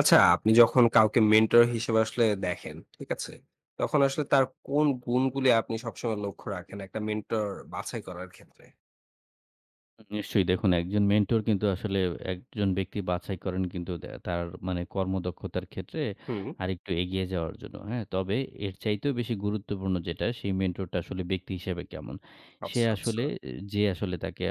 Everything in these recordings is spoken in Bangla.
আচ্ছা, আপনি যখন কাউকে মেন্টর হিসেবে আসলে দেখেন, ঠিক আছে? তখন আসলে তার কোন গুণগুলি আপনি সবসময় লক্ষ্য রাখেন একটা মেন্টর বাছাই করার ক্ষেত্রে? নিশ্চয়ই দেখুন, একজন মেন্টর কিন্তু আসলে একজন ব্যক্তি বাছাই করেন কিন্তু তার মানে কর্মদক্ষতার ক্ষেত্রে হুম। আরেকটু এগিয়ে যাওয়ার জন্য, হ্যাঁ। তবে এর চাইতেও বেশি গুরুত্বপূর্ণ যেটা, সেই মেন্টরটা আসলে ব্যক্তি হিসেবে কেমন, সে আচ্ছা, আচ্ছা। আসলে যে আসলে তাকে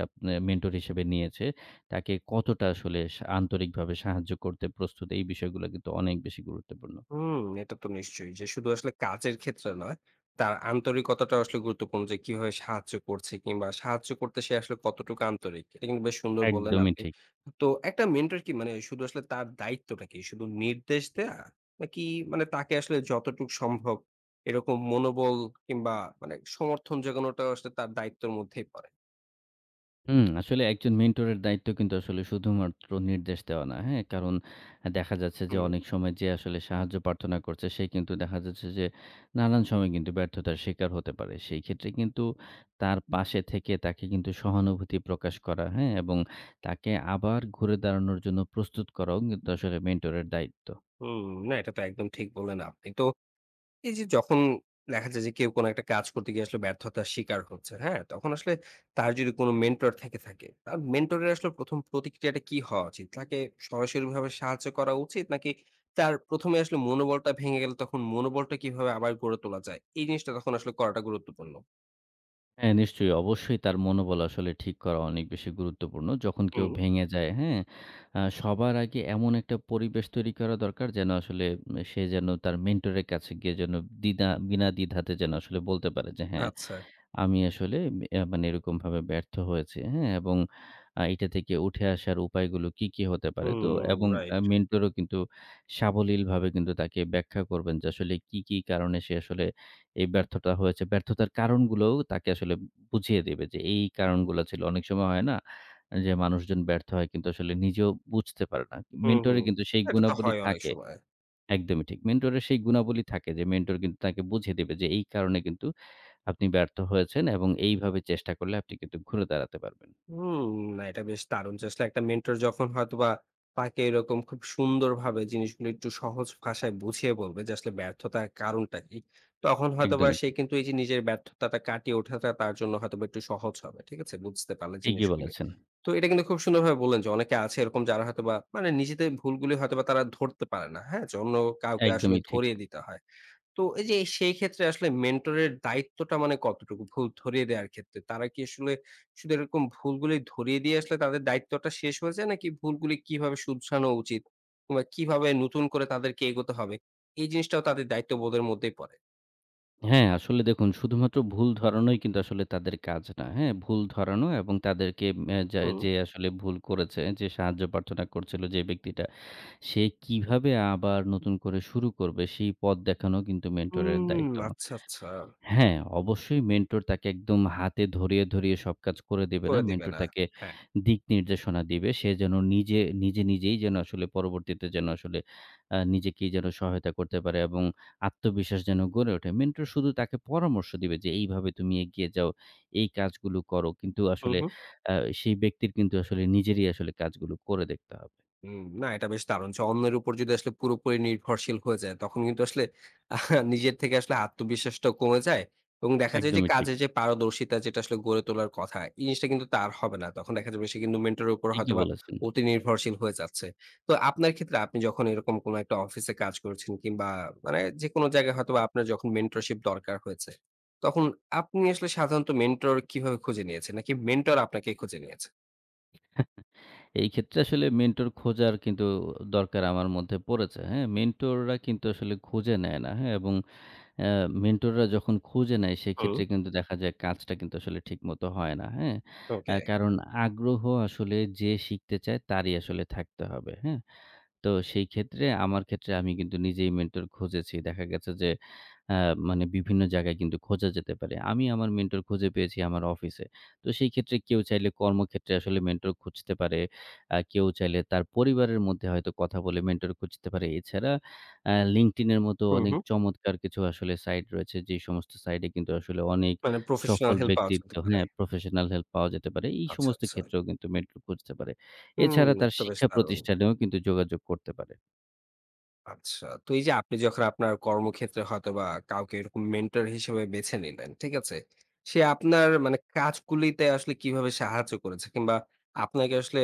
মেন্টর হিসেবে নিয়েছে তাকে কতটা আসলে আন্তরিকভাবে সাহায্য করতে প্রস্তুত, এই বিষয়গুলো কিন্তু অনেক বেশি গুরুত্বপূর্ণ। হুম, এটা তো নিশ্চয়ই। যে শুধু আসলে কাজের ক্ষেত্রে নয়, তার আন্তরিকতাটা আসলে গুরুত্বপূর্ণ যে কিভাবে সাহায্য করছে কিংবা সাহায্য করতে সে আসলে কতটুকু আন্তরিক। এটা কিন্তু বেশ সুন্দর বললেন একদমই আপনি। ঠিক। তো একটা মেন্টর কি মানে শুধু আসলে তার দায়িত্বটা কি? শুধু নির্দেশ দেয়া? নাকি মানে তাকে আসলে যতটুকু সম্ভব এরকম মনোবল কিংবা মানে সমর্থন জোগানোটাও আসলে তার দায়িত্বের মধ্যেই পড়ে? হুম, আসলে একজন মেন্টরের দায়িত্ব কিন্তু আসলে শুধুমাত্র নির্দেশ দেওয়া না। হ্যাঁ? কারণ দেখা যাচ্ছে যে হুম, অনেক সময় যে আসলে সাহায্য প্রার্থনা করছে, সে কিন্তু দেখা যাচ্ছে যে নানান সময় কিন্তু ব্যর্থতার শিকার হতে পারে। সেই ক্ষেত্রে কিন্তু তার পাশে থেকে তাকে কিন্তু সহানুভূতি প্রকাশ করা, হ্যাঁ? এবং তাকে আবার ঘুরে দাঁড়ানোর জন্য প্রস্তুত করাও কিন্তু আসলে মেন্টরের দায়িত্ব। হুম। না এটা তো একদম ঠিক বললেন আপনি। তো এই যে যখন দেখা যায় যে কেউ কোনো একটা কাজ করতে গিয়ে আসলে ব্যর্থতার শিকার হচ্ছে, হ্যাঁ? তখন আসলে তার যদি কোনো মেন্টর থেকে থাকে, তার মেন্টরের আসলে ১ম প্রতিক্রিয়াটা কি হওয়া উচিত? তাকে সরাসরিভাবে সাহায্য করা উচিত? নাকি তার ১ম এ আসলে মনোবলটা ভেঙে গেলে তখন মনোবলটা কিভাবে আবার গড়ে তোলা যায়? এই জিনিসটা তখন আসলে করাটা গুরুত্বপূর্ণ। হ্যাঁ, নিশ্চয়ই। অবশ্যই তার মনোবল আসলে ঠিক করা অনেক বেশি গুরুত্বপূর্ণ, যখন কেউ হুম, ভেঙে যায়, হ্যাঁ? সবার আগে এমন একটা পরিবেশ তৈরি করা দরকার, যেন আসলে সে যেন তার মেন্টরের কাছে গিয়ে যেন বিনা দ্বিধাতে যেন আসলে বলতে পারে যে, হ্যাঁ, আচ্ছা। আমি আসলে মানে এরকমভাবে ব্যর্থ হয়েছি, হ্যাঁ? এবং এটা থেকে উঠে আসার উপায়গুলো কি, কি হতে পারে? তো হুম, এবং রাইট। মেন্টরও কিন্তু সাবলীলভাবে কিন্তু তাকে ব্যাখ্যা করবেন যে আসলে কি, কি কারণে সে আসলে এই ব্যর্থতা হয়েছে। ব্যর্থতার কারণগুলোও তাকে আসলে বুঝিয়ে দেবে যে এই কারণগুলো ছিল। অনেক সময় হয় না, যে মানুষজন ব্যর্থ হয় কিন্তু আসলে নিজেও বুঝতে পারে না। হুম, মেন্টরের হুম। কিন্তু সেই এটা তো গুণাবলী হয় অনেক থাকে। সময়। একদমই ঠিক। মেন্টরের সেই গুণাবলী থাকে যে মেন্টর কিন্তু তাকে বুঝিয়ে দেবে যে এই কারণে কিন্তু আপনি ব্যর্থ হয়েছেন এবং এইভাবে চেষ্টা করলে আপনি কিন্তু ঘুরে দাঁড়াতে পারবেন। হুম, না এটা বেশ দারুণ যে আসলে একটা মেন্টর যখন হয়তোবা তাকে এরকম খুব সুন্দরভাবে জিনিসগুলো একটু সহজ ভাষায় বুঝিয়ে বলবে যে আসলে ব্যর্থতার কারণটা কি। তখন হয়তোবা একদমই সে ঠিক। কিন্তু এই যে নিজের ব্যর্থতাটা কাটিয়ে ওঠাটা তার জন্য হয়তোবা একটু সহজ হবে। ঠিক আছে? বুঝতে পারলে ঠিকই জিনিসগুলি। বলেছেন। তো এটা কিন্তু খুব সুন্দরভাবে বললেন যে অনেকে আছে এরকম যারা হয়তোবা মানে নিজেদের ভুলগুলি হয়তোবা তারা ধরতে পারে না। হ্যাঁ? যে অন্য কাউকে আসলে একদমই ঠিক। ধরিয়ে দিতে হয়। তো এই যে সেই ক্ষেত্রে আসলে মেন্টরের দায়িত্বটা মানে কতটুকু? ভুল ধরিয়ে দেওয়ার ক্ষেত্রে। তারা কি আসলে শুধু এরকম ভুলগুলি ধরিয়ে দিয়ে আসলে তাদের দায়িত্বটা শেষ হয়ে যায়? নাকি ভুলগুলি কিভাবে শুধরানো উচিত? কিংবা কিভাবে নতুন করে তাদেরকে এগোতে হবে? এই জিনিসটাও তাদের দায়িত্ববোধের মধ্যেই পড়ে? হ্যাঁ, আসলে দেখুন, শুধুমাত্র ভুল ধরানোই কিন্তু আসলে তাদের কাজ না। হ্যাঁ? ভুল ধরানো এবং তাদেরকে অ্যা যা হুম। যে আসলে ভুল করেছে, যে সাহায্য প্রার্থনা করছিল যে ব্যক্তিটা, সে কিভাবে আবার নতুন করে শুরু করবে সেই পথ দেখানো কিন্তু মেন্টরের দায়িত্ব। আচ্ছা, আচ্ছা। হ্যাঁ, অবশ্যই মেন্টর তাকে একদম হাতে ধরিয়ে সব কাজ করে দেবে না। করে দিবে মেন্টর না। তাকে হ্যাঁ। দিক নির্দেশনা দিবে। সে যেন নিজে নিজেই যেন আসলে পরবর্তীতে যেন আসলে নিজেকেই যেন সহায়তা করতে পারে এবং আত্মবিশ্বাস যেন গড়ে ওঠে। মেন্টর শুধু তাকে পরামর্শ দিবে যে, "এইভাবে তুমি এগিয়ে যাও, এই কাজগুলো করো।" কিন্তু হু, আসলে হু। আ সেই ব্যক্তির কিন্তু আসলে নিজেরই আসলে কাজগুলো করে দেখতে হবে। হুম, না এটা বেশ দারুণ যে অন্যের উপর যদি আসলে পুরোপুরি নির্ভরশীল হয়ে যায় তখন কিন্তু আসলে নিজের থেকে আসলে আত্মবিশ্বাসটা কমে যায় এবং দেখা যায় যে একদমই ঠিক। কাজে যে পারদর্শিতা যেটা আসলে গড়ে তোলার কথা এই জিনিসটা কিন্তু তার হবে না তখন দেখা যাবে সে কিন্তু মেন্টরের উপর ঠিকই হয়তো বা বলেছেন। অতি নির্ভরশীল হয়ে যাচ্ছে। তো আপনার ক্ষেত্রে আপনি যখন এরকম কোনো একটা অফিসে কাজ করেছেন কিংবা মানে যে কোনো জায়গায় হয়তো বা আপনার যখন মেন্টরশিপ দরকার হয়েছে তখন আপনি আসলে সাধারণত মেন্টর কিভাবে খুঁজে নিয়েছেন নাকি মেন্টর আপনাকে খুঁজে নিয়েছে? এই ক্ষেত্রে আসলে মেন্টর খোঁজার কিন্তু দরকার আমার মধ্যে পড়েছে। হ্যাঁ? মেন্টররা কিন্তু আসলে খুঁজে নেয় না। হ্যাঁ? এবং অ্যা মেন্টররা যখন খুঁজে নেয়, হুম। সেক্ষেত্রে কিন্তু দেখা যায় কাজটা কিন্তু আসলে ঠিকমতো হয় না। হ্যাঁ? ওকে। কারণ আগ্রহ আসলে যে শিখতে চায় তারই আসলে থাকতে হবে। হ্যাঁ? তো সেই ক্ষেত্রে, আমার ক্ষেত্রে আমি কিন্তু নিজেই মেন্টর খুঁজেছি। দেখা গেছে যে আ মানে বিভিন্ন জায়গায় কিন্তু খোঁজা যেতে পারে। আমি আমার মেন্টর খুঁজে পেয়েছি আমার অফিসে। তো সেই ক্ষেত্রে কেউ চাইলে কর্মক্ষেত্রে আসলে মেন্টর খুঁজতে পারে। কেউ চাইলে তার পরিবারের মধ্যে হয়তো কথা বলে মেন্টর খুঁজতে পারে। এছাড়া LinkedIn এর মতো হুম, অনেক হুম। চমৎকার কিছু আসলে সাইট রয়েছে। যে সমস্ত সাইটে কিন্তু আসলে অনেক মানে প্রফেশনাল সফল হেল্প পাওয়া ব্যক্তিত্ব, যেতে পারে। হ্যাঁ, প্রফেশনাল হেল্প পাওয়া যেতে পারে। এই আচ্ছা, সমস্ত আচ্ছা। ক্ষেত্রেও কিন্তু মেন্টর খুঁজতে পারে। হুম, এছাড়া তার এটা তো বেশ শিক্ষা দারুণ। প্রতিষ্ঠানেও কিন্তু যোগাযোগ করতে পারে। আচ্ছা, তো এই যে আপনি যখন আপনার কর্মক্ষেত্রে হয়তোবা কাউকে এরকম মেন্টর হিসেবে বেছে নিলেন, ঠিক আছে? সে আপনার মানে কাজগুলিতে আসলে কিভাবে সাহায্য করেছে? কিংবা আপনাকে আসলে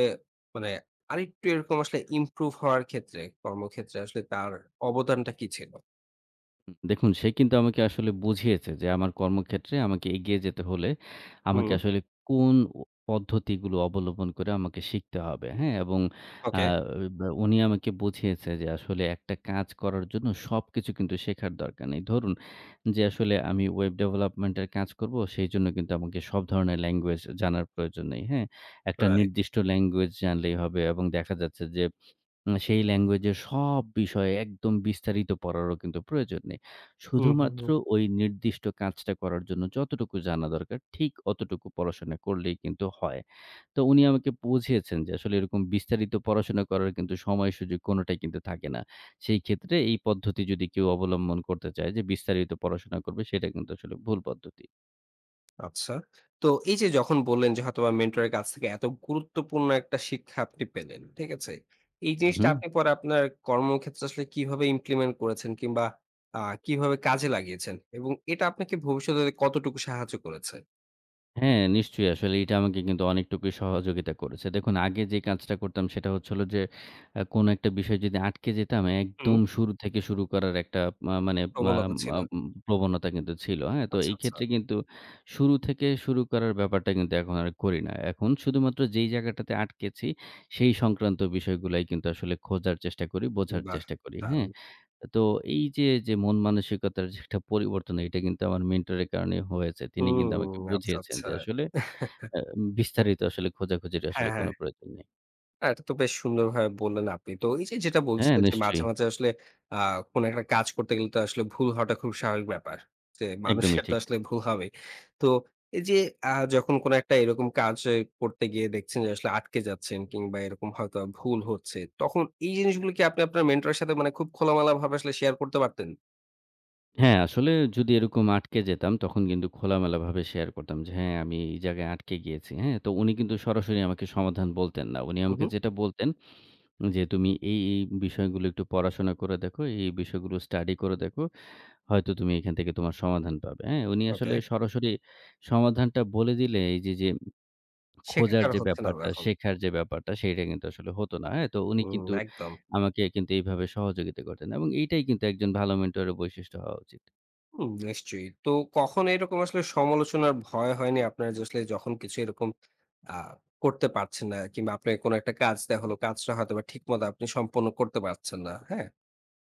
মানে আরেকটু এরকম আসলে ইমপ্রুভ হওয়ার ক্ষেত্রে, কর্মক্ষেত্রে আসলে তার অবদানটা কি ছিল? হুম, দেখুন, সে কিন্তু আমাকে আসলে বুঝিয়েছে যে আমার কর্মক্ষেত্রে আমাকে এগিয়ে যেতে হলে হুম, আমাকে আসলে কোন ও পদ্ধতিগুলো অবলম্বন করে আমাকে শিখতে হবে, হ্যাঁ? এবং আ ওকে, বা উনি আমাকে বুঝিয়েছে যে আসলে একটা কাজ করার জন্য সবকিছু কিন্তু শেখার দরকার নেই। ধরুন, যে আসলে আমি ওয়েব ডেভেলপমেন্ট এর কাজ করব, সেইজন্য কিন্তু আমাকে সব ধরনের ল্যাঙ্গুয়েজ জানার প্রয়োজন নেই, হ্যাঁ? একটা রাইট। নির্দিষ্ট ল্যাঙ্গুয়েজ জানলেই হবে এবং দেখা যাচ্ছে যে সেই ল্যাঙ্গুয়েজের সব বিষয়ে একদম বিস্তারিত পড়ারও কিন্তু প্রয়োজন নেই। হুম, হুম, শুধুমাত্র হুম। ওই নির্দিষ্ট কাজটা করার জন্য যতটুকু জানা দরকার ঠিক অতটুকু পড়াশোনা করলেই কিন্তু হয়। তো উনি আমাকে বুঝিয়েছেন যে আসলে এরকম বিস্তারিত পড়াশোনা করার কিন্তু সময় সুযোগ কোনটাই কিন্তু থাকে না। সেই ক্ষেত্রে এই পদ্ধতি যদি কেউ অবলম্বন করতে চায় যে বিস্তারিত পড়াশোনা করবে, সেটা কিন্তু আসলে ভুল পদ্ধতি। আচ্ছা। তো এই যে যখন বললেন যে হয়তোবা মেন্টরের কাছ থেকে এত গুরুত্বপূর্ণ একটা শিক্ষা আপনি পেলেন। ঠিক আছে? এই হু, হু। জিনিসটা আপনি পরে আপনার কর্মক্ষেত্রে আসলে কিভাবে ইমপ্লিমেন্ট করেছেন কিংবা আ কিভাবে কাজে লাগিয়েছেন? এবং এটা আপনাকে ভবিষ্যতে কতটুকু সাহায্য করেছে? হ্যাঁ, নিশ্চয়ই আসলে এটা আমাকে কিন্তু অনেকটুকুই সহযোগিতা করেছে। দেখুন, আগে যে কাজটা করতাম সেটা হচ্ছে হলো যে কোনো একটা বিষয়ে যদি আটকে যেতাম, হুম। একদম শুরু থেকে শুরু করার একটা মা মানে মা প্রবণতা মা ছিল। উম প্রবণতা কিন্তু ছিল। হ্যাঁ? তো আচ্ছা, এই আচ্ছা। ক্ষেত্রে কিন্তু শুরু থেকে শুরু করার ব্যাপারটা কিন্তু এখন আর করি না। এখন শুধুমাত্র যেই জায়গাটাতে আটকেছি সেই সংক্রান্ত বিষয়গুলাই কিন্তু আসলে খোঁজার চেষ্টা করি, বোঝার বাহ! চেষ্টা করি। হ্যাঁ? দারুণ। তো এই যে, যে মন মানসিকতার যে একটা পরিবর্তন, এটা কিন্তু আমার মেন্টরের কারণে হয়েছে। তিনি কিন্তু আমাকে হুম, আচ্ছা, বুঝিয়েছেন আচ্ছা। যে আসলে আ বিস্তারিত আসলে খোঁজাখুঁজির হ্যাঁ, আসলে কোন হ্যাঁ। প্রয়োজন নেই। না, এটা তো বেশ সুন্দরভাবে বললেন আপনি। তো এই যে যেটা হ্যাঁ, বলছিলেন যে নিশ্চয়ই। মাঝে, মাঝে আসলে আ কোন একটা কাজ করতে গেলে তো আসলে ভুল হওয়াটা খুব স্বাভাবিক ব্যাপার। যে একদমই মানুষের তো ঠিক। আসলে ভুল হবেই। তো এই যে যখন কোন একটা এরকম কাজ এ করতে গিয়ে দেখছেন যে আসলে আটকে যাচ্ছেন কিংবা এরকম হয়তো ভুল হচ্ছে, তখন এই জিনিসগুলো কি আপনি আপনার মেন্টর এর সাথে মানে খুব খোলামেলা ভাবে আসলে শেয়ার করতে পারতেন? হ্যাঁ, আসলে যদি এরকম আটকে যেতাম, তখন কিন্তু খোলামেলাভাবে শেয়ার করতাম যে, "হ্যাঁ, আমি এই জায়গায় আটকে গিয়েছি।" হ্যাঁ? তো উনি কিন্তু সরাসরি আমাকে সমাধান বলতেন না। উনি হু, আমাকে হু। যেটা বলতেন যে, "তুমি এই, এই বিষয়গুলো একটু পড়াশোনা করে দেখো, এই, এই বিষয়গুলো স্টাডি করে দেখো। হয়তো তুমি এখান থেকে তোমার সমাধান পাবে।" হ্যাঁ? উনি ওকে। আসলে সরাসরি সমাধানটা বলে দিলে এই যে, যে খোঁজার সেক্ষেত্রে আর যে হচ্ছে না ব্যাপারটা, তখন। শেখার যে ব্যাপারটা, সেইটা কিন্তু আসলে হতো না। হ্যাঁ? তো উনি হুম, কিন্তু একদম। আমাকে কিন্তু এইভাবে সহযোগিতা করতেন এবং এইটাই কিন্তু একজন ভালো মেন্টরের বৈশিষ্ট্য হওয়া উচিত। হুম, নিশ্চয়ই। তো কখনো এরকম আসলে সমালোচনার ভয় হয়নি আপনার যে আসলে যখন কিছু এরকম আ করতে পারছেন না কিংবা আপনার কোনো একটা কাজ দেখা হলো কাজটা হয়তোবা ঠিকমতো আপনি সম্পন্ন করতে পারছেন না, হ্যাঁ?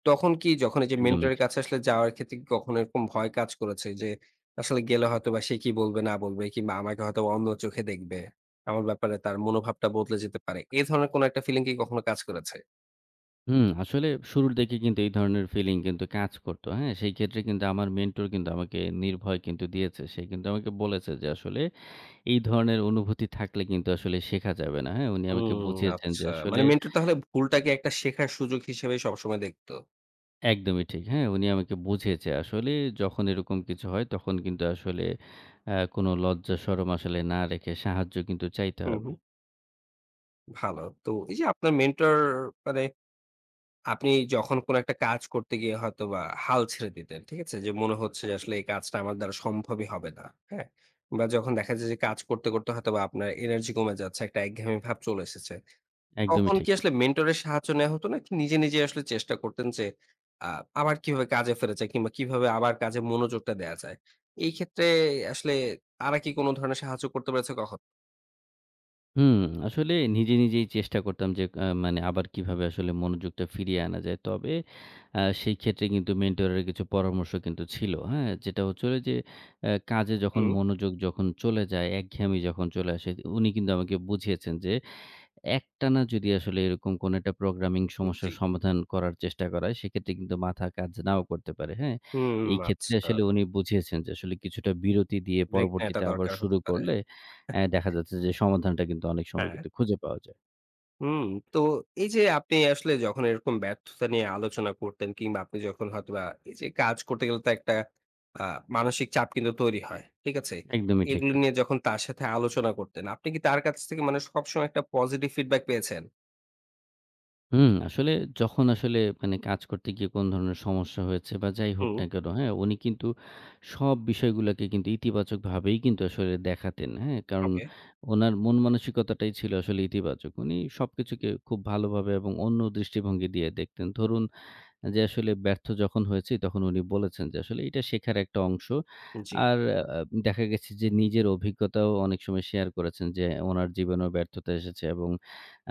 তখন কি যখন এই যে একদমই মেন্টরের ঠিক। কাছে আসলে যাওয়ার ক্ষেত্রে কি কখনো এরকম ভয় কাজ করেছে যে আসলে গেলে হয়তোবা সে কি বলবে না বলবে কিংবা আমাকে হয়তো বা অন্য চোখে দেখবে, আমার ব্যাপারে তার মনোভাবটা বদলে যেতে পারে। এ ধরনের কোনো একটা ফিলিং কি কখনো কাজ করেছে? হুম, আসলে শুরুর দিকে কিন্তু এই ধরনের ফিলিং কিন্তু কাজ করত। হ্যাঁ? সেই ক্ষেত্রে কিন্তু আমার মেন্টর কিন্তু আমাকে নির্ভয় কিন্তু দিয়েছে। সে কিন্তু আমাকে বলেছে যে আসলে এই ধরনের অনুভূতি থাকলে কিন্তু আসলে শেখা যাবে না। হ্যাঁ? উনি আমাকে হুম, বুঝিয়েছেন যে আচ্ছা। আসলে মানে মেন্টর তাহলে ভুলটাকে একটা শেখার সুযোগ হিসেবে সবসময় দেখতো। একদমই ঠিক। হ্যাঁ, উনি আমাকে বুঝিয়েছে। আসলে যখন এরকম কিছু হয় তখন কিন্তু আসলে কোনো লজ্জা শরম আসলে না রেখে সাহায্য কিন্তু চাইতে হু, হবে। হু। ভালো। তো এই যে আপনার মেন্টর মানে আপনি যখন কোন একটা কাজ করতে গিয়ে হয়তোবা হাল ছেড়ে দিতেন, ঠিক আছে? যে মনে হচ্ছে যে আসলে এই কাজটা আমার দ্বারা সম্ভবই হবে না। হ্যাঁ? বা যখন দেখা যায় যে কাজ করতে, করতে হয়তোবা আপনার এনার্জি কমে যাচ্ছে, একটা একঘেয়েমি ভাব চলে এসেছে। একদমই তখন কি ঠিক। আসলে মেন্টরের সাহায্য নেওয়া হতো নাকি নিজে, নিজে আসলে চেষ্টা করতেন যে আ আবার কিভাবে কাজে ফেরা যায় কিংবা কিভাবে আবার কাজে মনোযোগটা দেয়া যায়? এই ক্ষেত্রে আসলে তারা কি কোন ধরনের সাহায্য করতে পেরেছে কখন? হুম, আসলে নিজে, নিজেই চেষ্টা করতাম যে মানে আবার কিভাবে আসলে মনোযোগটা ফিরিয়ে আনা যায়। তবে সেই ক্ষেত্রে কিন্তু মেন্টরের কিছু পরামর্শ কিন্তু ছিল। হ্যাঁ? যেটা হচ্ছিল যে কাজে যখন হুম, মনোযোগ যখন চলে যায়, একঘেয়েমি যখন চলে আসে, উনি কিন্তু আমাকে বুঝিয়েছেন যে একটানা যদি আসলে এরকম কোনো একটা প্রোগ্রামিং সমস্যার জি। সমাধান করার চেষ্টা করা হয়, সেক্ষেত্রে কিন্তু মাথা কাজ নাও করতে পারে, হ্যাঁ? হুম, এই ক্ষেত্রে আচ্ছা। আসলে উনি বুঝিয়েছেন যে আসলে কিছুটা বিরতি দিয়ে ব্রেক নেয়াটা পরবর্তীতে আবার দরকার শুরু হতে পারে। করলে দেখা যাচ্ছে যে সমাধানটা কিন্তু অনেক সময় হ্যাঁ, কিন্তু খুঁজে পাওয়া যায়। হুম। তো এই যে আপনি আসলে যখন এরকম ব্যর্থতা নিয়ে আলোচনা করতেন কিংবা আপনি যখন হয়তোবা এই যে কাজ করতে গেলে তো একটা আ মানসিক চাপ কিন্তু তৈরি হয়। ঠিক আছে? একদমই ঠিক। এগুলো নিয়ে যখন তার সাথে আলোচনা করতেন, আপনি কি তার কাছ থেকে মানে সবসময় একটা পজিটিভ ফিডব্যাক পেয়েছেন? হুম, আসলে যখন আসলে মানে কাজ করতে গিয়ে কোন ধরনের সমস্যা হয়েছে বা যাই হোক হুম। না কেন, হ্যাঁ? উনি কিন্তু সব বিষয়গুলাকে কিন্তু ইতিবাচকভাবেই কিন্তু আসলে দেখাতেন, হ্যাঁ? কারণ ওকে। উনার মন মানসিকতাটাই ছিল আসলে ইতিবাচক। উনি সবকিছুকে খুব ভালোভাবে এবং অন্য দৃষ্টিভঙ্গি দিয়ে দেখতেন। ধরুন, যে আসলে ব্যর্থ যখন হয়েছি, তখন উনি বলেছেন যে আসলে এটা শেখার একটা অংশ। জি। আর আ দেখা গেছে যে নিজের অভিজ্ঞতাও অনেক সময় শেয়ার করেছেন, যে ওনার জীবনেও ব্যর্থতা এসেছে এবং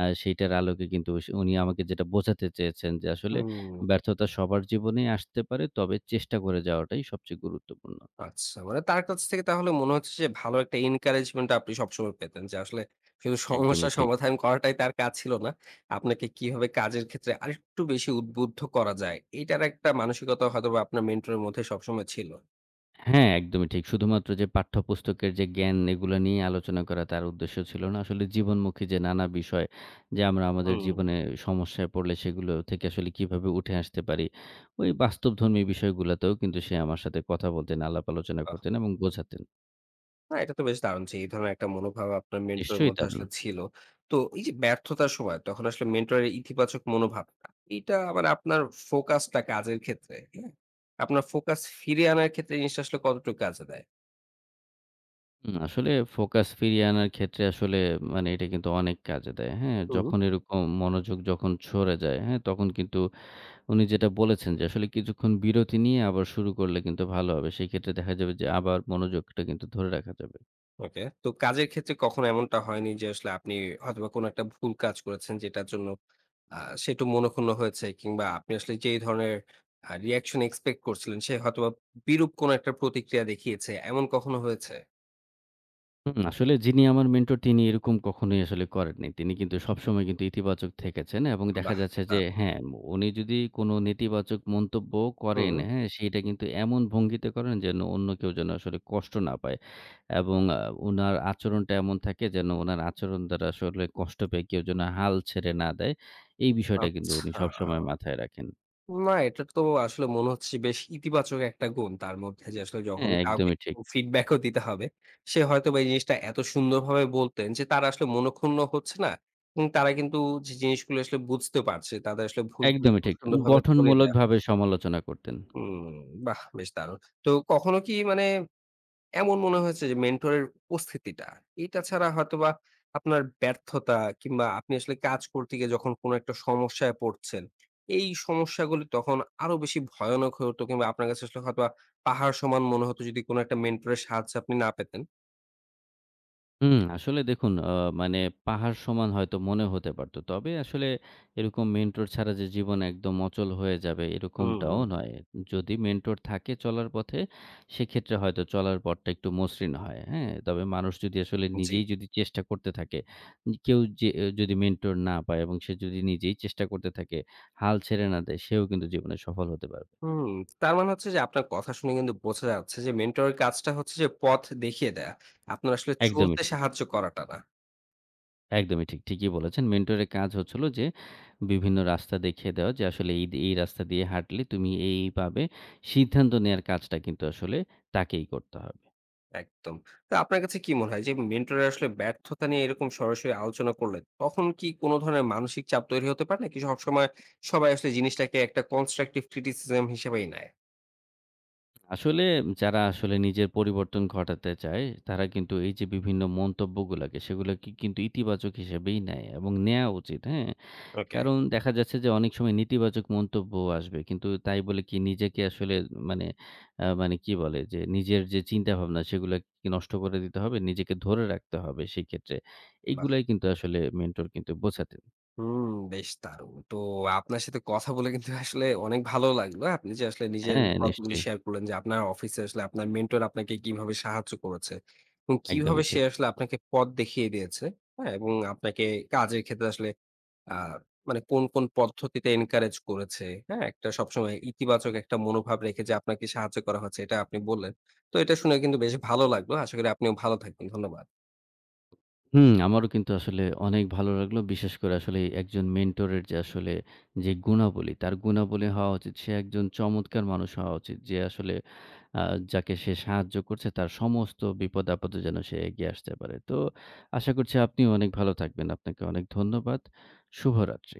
সেইটার আলোকে কিন্তু উনি আমাকে যেটা বোঝাতে চেয়েছেন যে আসলে হুম। ব্যর্থতা সবার জীবনেই আসতে পারে। তবে চেষ্টা করে যাওয়াটাই সবচেয়ে গুরুত্বপূর্ণ। আচ্ছা। মানে তার কাছ থেকে তাহলে মনে হচ্ছে যে ভালো একটা এনকারেজমেন্ট আপনি সবসময় পেতেন। যে আসলে শুধু একদমই সমস্যা ঠিক। সমাধান করাটাই তার কাজ ছিল না। আপনাকে কিভাবে কাজের ক্ষেত্রে আরেকটু বেশি উদ্বুদ্ধ করা যায়, এটার একটা মানসিকতা হয়তোবা আপনার মেন্টরের মধ্যে সবসময় ছিল। হ্যাঁ, একদমই ঠিক। শুধুমাত্র যে পাঠ্যপুস্তকের যে জ্ঞান, এগুলা নিয়ে আলোচনা করা তার উদ্দেশ্য ছিল না। আসলে জীবনমুখী যে নানা বিষয়, যে আমরা আমাদের হুম। জীবনে সমস্যায় পড়লে সেগুলো থেকে আসলে কিভাবে উঠে আসতে পারি, ওই বাস্তবধর্মী বিষয়গুলাতেও কিন্তু সে আমার সাথে কথা বলতেন, আলাপ আলোচনা বাহ! করতেন এবং বোঝাতেন। না এটা তো বেশ দারুণ যে এই ধরনের একটা মনোভাব আপনার মেন্টরের নিশ্চয়ই মধ্যে দারুণ। আসলে ছিল। তো এই যে ব্যর্থতার সময় তখন আসলে মেন্টরের ইতিবাচক মনোভাবটা, এটা আবার আপনার ফোকাসটা কাজের ক্ষেত্রে, হ্যাঁ? আপনার ফোকাস ফিরিয়ে আনার ক্ষেত্রে এই জিনিসটা আসলে কতটুকু কাজে দেয়? হুম, আসলে ফোকাস ফিরিয়ে আনার ক্ষেত্রে আসলে মানে এটা কিন্তু অনেক কাজে দেয়। হ্যাঁ? হুম। যখন এরকম মনোযোগ যখন সরে যায়, হ্যাঁ? তখন কিন্তু উনি যেটা বলেছেন যে আসলে কিছুক্ষণ বিরতি নিয়ে আবার শুরু করলে কিন্তু ভালো হবে। সেক্ষেত্রে দেখা যাবে যে আবার মনোযোগটা কিন্তু ধরে রাখা যাবে। ওকে। তো কাজের ক্ষেত্রে কখনো এমনটা হয়নি যে আসলে আপনি হয়তোবা কোনো একটা ভুল কাজ করেছেন যেটার জন্য আ সে একটু মনোক্ষুণ্ণ হয়েছে কিংবা আপনি আসলে যেই ধরনের রিঅ্যাকশন এক্সপেক্ট করছিলেন সে হয়তোবা বিরূপ কোনো একটা প্রতিক্রিয়া দেখিয়েছে। এমন কখনো হয়েছে? হুম, আসলে যিনি আমার মেন্টর তিনি এরকম কখনোই আসলে করেননি। তিনি কিন্তু সবসময় কিন্তু ইতিবাচক থেকেছেন এবং দেখা বাহ! যাচ্ছে যে দারুণ! হ্যাঁ, উনি যদি কোনো নেতিবাচক মন্তব্য করেন, হুম, হ্যাঁ? সেইটা কিন্তু এমন ভঙ্গিতে করেন যেন অন্য কেউ যেন আসলে কষ্ট না পায়। এবং উনার আচরণটা এমন থাকে যেন উনার আচরণ দ্বারা আসলে কষ্ট পেয়ে কেউ যেন হাল ছেড়ে না দেয়। এই বিষয়টা কিন্তু উনি আচ্ছা। সবসময় মাথায় রাখেন। না, এটা তো আসলে মনে হচ্ছে বেশ ইতিবাচক একটা গুণ তার মধ্যে যে আসলে যখন হ্যাঁ, কাউকে একদমই ঠিক, ফিডব্যাকও দিতে হবে, সে হয়তোবা এই জিনিসটা এত সুন্দরভাবে বলতেন যে তারা আসলে মনঃক্ষুণ্ণ হচ্ছে না। এবং তারা কিন্তু যে জিনিসগুলো আসলে বুঝতে পারছে, তাদের আসলে ভুলগুলি একদমই খুব ঠিক। সুন্দরভাবে ধরিয়ে দেয়া গঠনমূলকভাবে হচ্ছে। সমালোচনা করতেন। হুম, বাহ! বেশ দারুণ। তো কখনো কি মানে এমন মনে হয়েছে যে মেন্টরের উপস্থিতিটা, এটা ছাড়া হয়তোবা আপনার ব্যর্থতা কিংবা আপনি আসলে কাজ করতে গিয়ে যখন কোনো একটা সমস্যায় পড়ছেন, এই সমস্যাগুলি তখন আরো বেশি ভয়ানক হয়ে উঠতো কিংবা আপনার কাছে আসলে হয়তোবা পাহাড় সমান মনে হতো যদি কোনো একটা মেন্টরের সাহায্য আপনি না পেতেন। হুম, আসলে দেখুন, মানে পাহাড় সমান হয়তো মনে হতে পারত। তবে আসলে এরকম মেন্টর ছাড়া যে জীবন একদম অচল হয়ে যাবে হুম, এরকমটাও হুম। নয়। যদি মেন্টর থাকে চলার পথে, সেক্ষেত্রে হয়তো চলার পথটা একটু মসৃণ হয়। হ্যাঁ? তবে মানুষ যদি আসলে জি। নিজেই যদি চেষ্টা করতে থাকে, কেউ যে যদি মেন্টর না পায় এবং সে যদি নিজেই চেষ্টা করতে থাকে, হাল ছেড়ে না দেয়, সেও কিন্তু জীবনে সফল হতে পারবে। হুম, তার মানে হচ্ছে যে আপনার কথা শুনে কিন্তু বোঝা যাচ্ছে যে মেন্টরের কাজটা হচ্ছে যে পথ দেখিয়ে দেয়া। আপনার আসলে একদমই চলতে ঠিক। সাহায্য করাটা না। একদমই ঠিক। ঠিকই বলেছেন। মেন্টরের কাজ হচ্ছে হলো যে বিভিন্ন রাস্তা দেখিয়ে দেওয়া যে আসলে এই, এই রাস্তা দিয়ে হাঁটলে তুমি এই, এই পাবে। সিদ্ধান্ত নেয়ার কাজটা কিন্তু আসলে তাকেই করতে হবে। একদম। তো আপনার কাছে কি মনে হয় যে মেন্টররা আসলে ব্যর্থতা নিয়ে এরকম সরাসরি আলোচনা করলে তখন কি কোনো ধরনের মানসিক চাপ তৈরি হতে পারে নাকি সবসময় সবাই আসলে জিনিসটাকে একটা কনস্ট্রাকটিভ ক্রিটিসিজম হিসেবেই নেয়? আসলে যারা আসলে নিজের পরিবর্তন ঘটাতে চায় তারা কিন্তু এই যে বিভিন্ন মন্তব্যগুলাকে, সেগুলাকে কিন্তু ইতিবাচক হিসেবেই নেয় এবং নেয়া উচিত। হ্যাঁ? ওকে। কারণ দেখা যাচ্ছে যে অনেক সময় নেতিবাচক মন্তব্য আসবে। কিন্তু তাই বলে কি নিজেকে আসলে মানে আ মানে কি বলে যে নিজের যে চিন্তাভাবনা সেগুলা কি নষ্ট করে দিতে হবে? নিজেকে ধরে রাখতে হবে সেক্ষেত্রে। বাহ! এইগুলাই কিন্তু আসলে মেন্টর কিন্তু বোঝাতেন। হুম, বেশ দারুণ। তো আপনার সাথে কথা বলে কিন্তু আসলে অনেক ভালো লাগলো। আপনি যে আসলে নিজের হ্যাঁ, গল্পগুলি নিশ্চয়ই। শেয়ার করলেন যে আপনার অফিসে আসলে আপনার মেন্টর আপনাকে কিভাবে সাহায্য করেছে এবং কিভাবে একদমই সে ঠিক। আসলে আপনাকে পথ দেখিয়ে দিয়েছে। হ্যাঁ? এবং আপনাকে কাজের ক্ষেত্রে আসলে আ মানে কোন, কোন পদ্ধতিতে এনকারেজ করেছে, হ্যাঁ? একটা সবসময় ইতিবাচক একটা মনোভাব রেখে যে আপনাকে সাহায্য করা হচ্ছে এটা আপনি বললেন। তো এটা শুনে কিন্তু বেশ ভালো লাগলো। আশা করি আপনিও ভালো থাকবেন। ধন্যবাদ। হুম, আমারও কিন্তু আসলে অনেক ভালো লাগলো। বিশেষ করে আসলে একজন মেন্টরের যে আসলে যে গুণাবলী, তার গুণাবলী হওয়া উচিত, সে একজন চমৎকার মানুষ হওয়া উচিত। যে আসলে আ যাকে সে সাহায্য করছে তার সমস্ত বিপদ-আপদে যেন সে এগিয়ে আসতে পারে। তো আশা করছি আপনিও অনেক ভালো থাকবেন। আপনাকে অনেক ধন্যবাদ। শুভরাত্রি।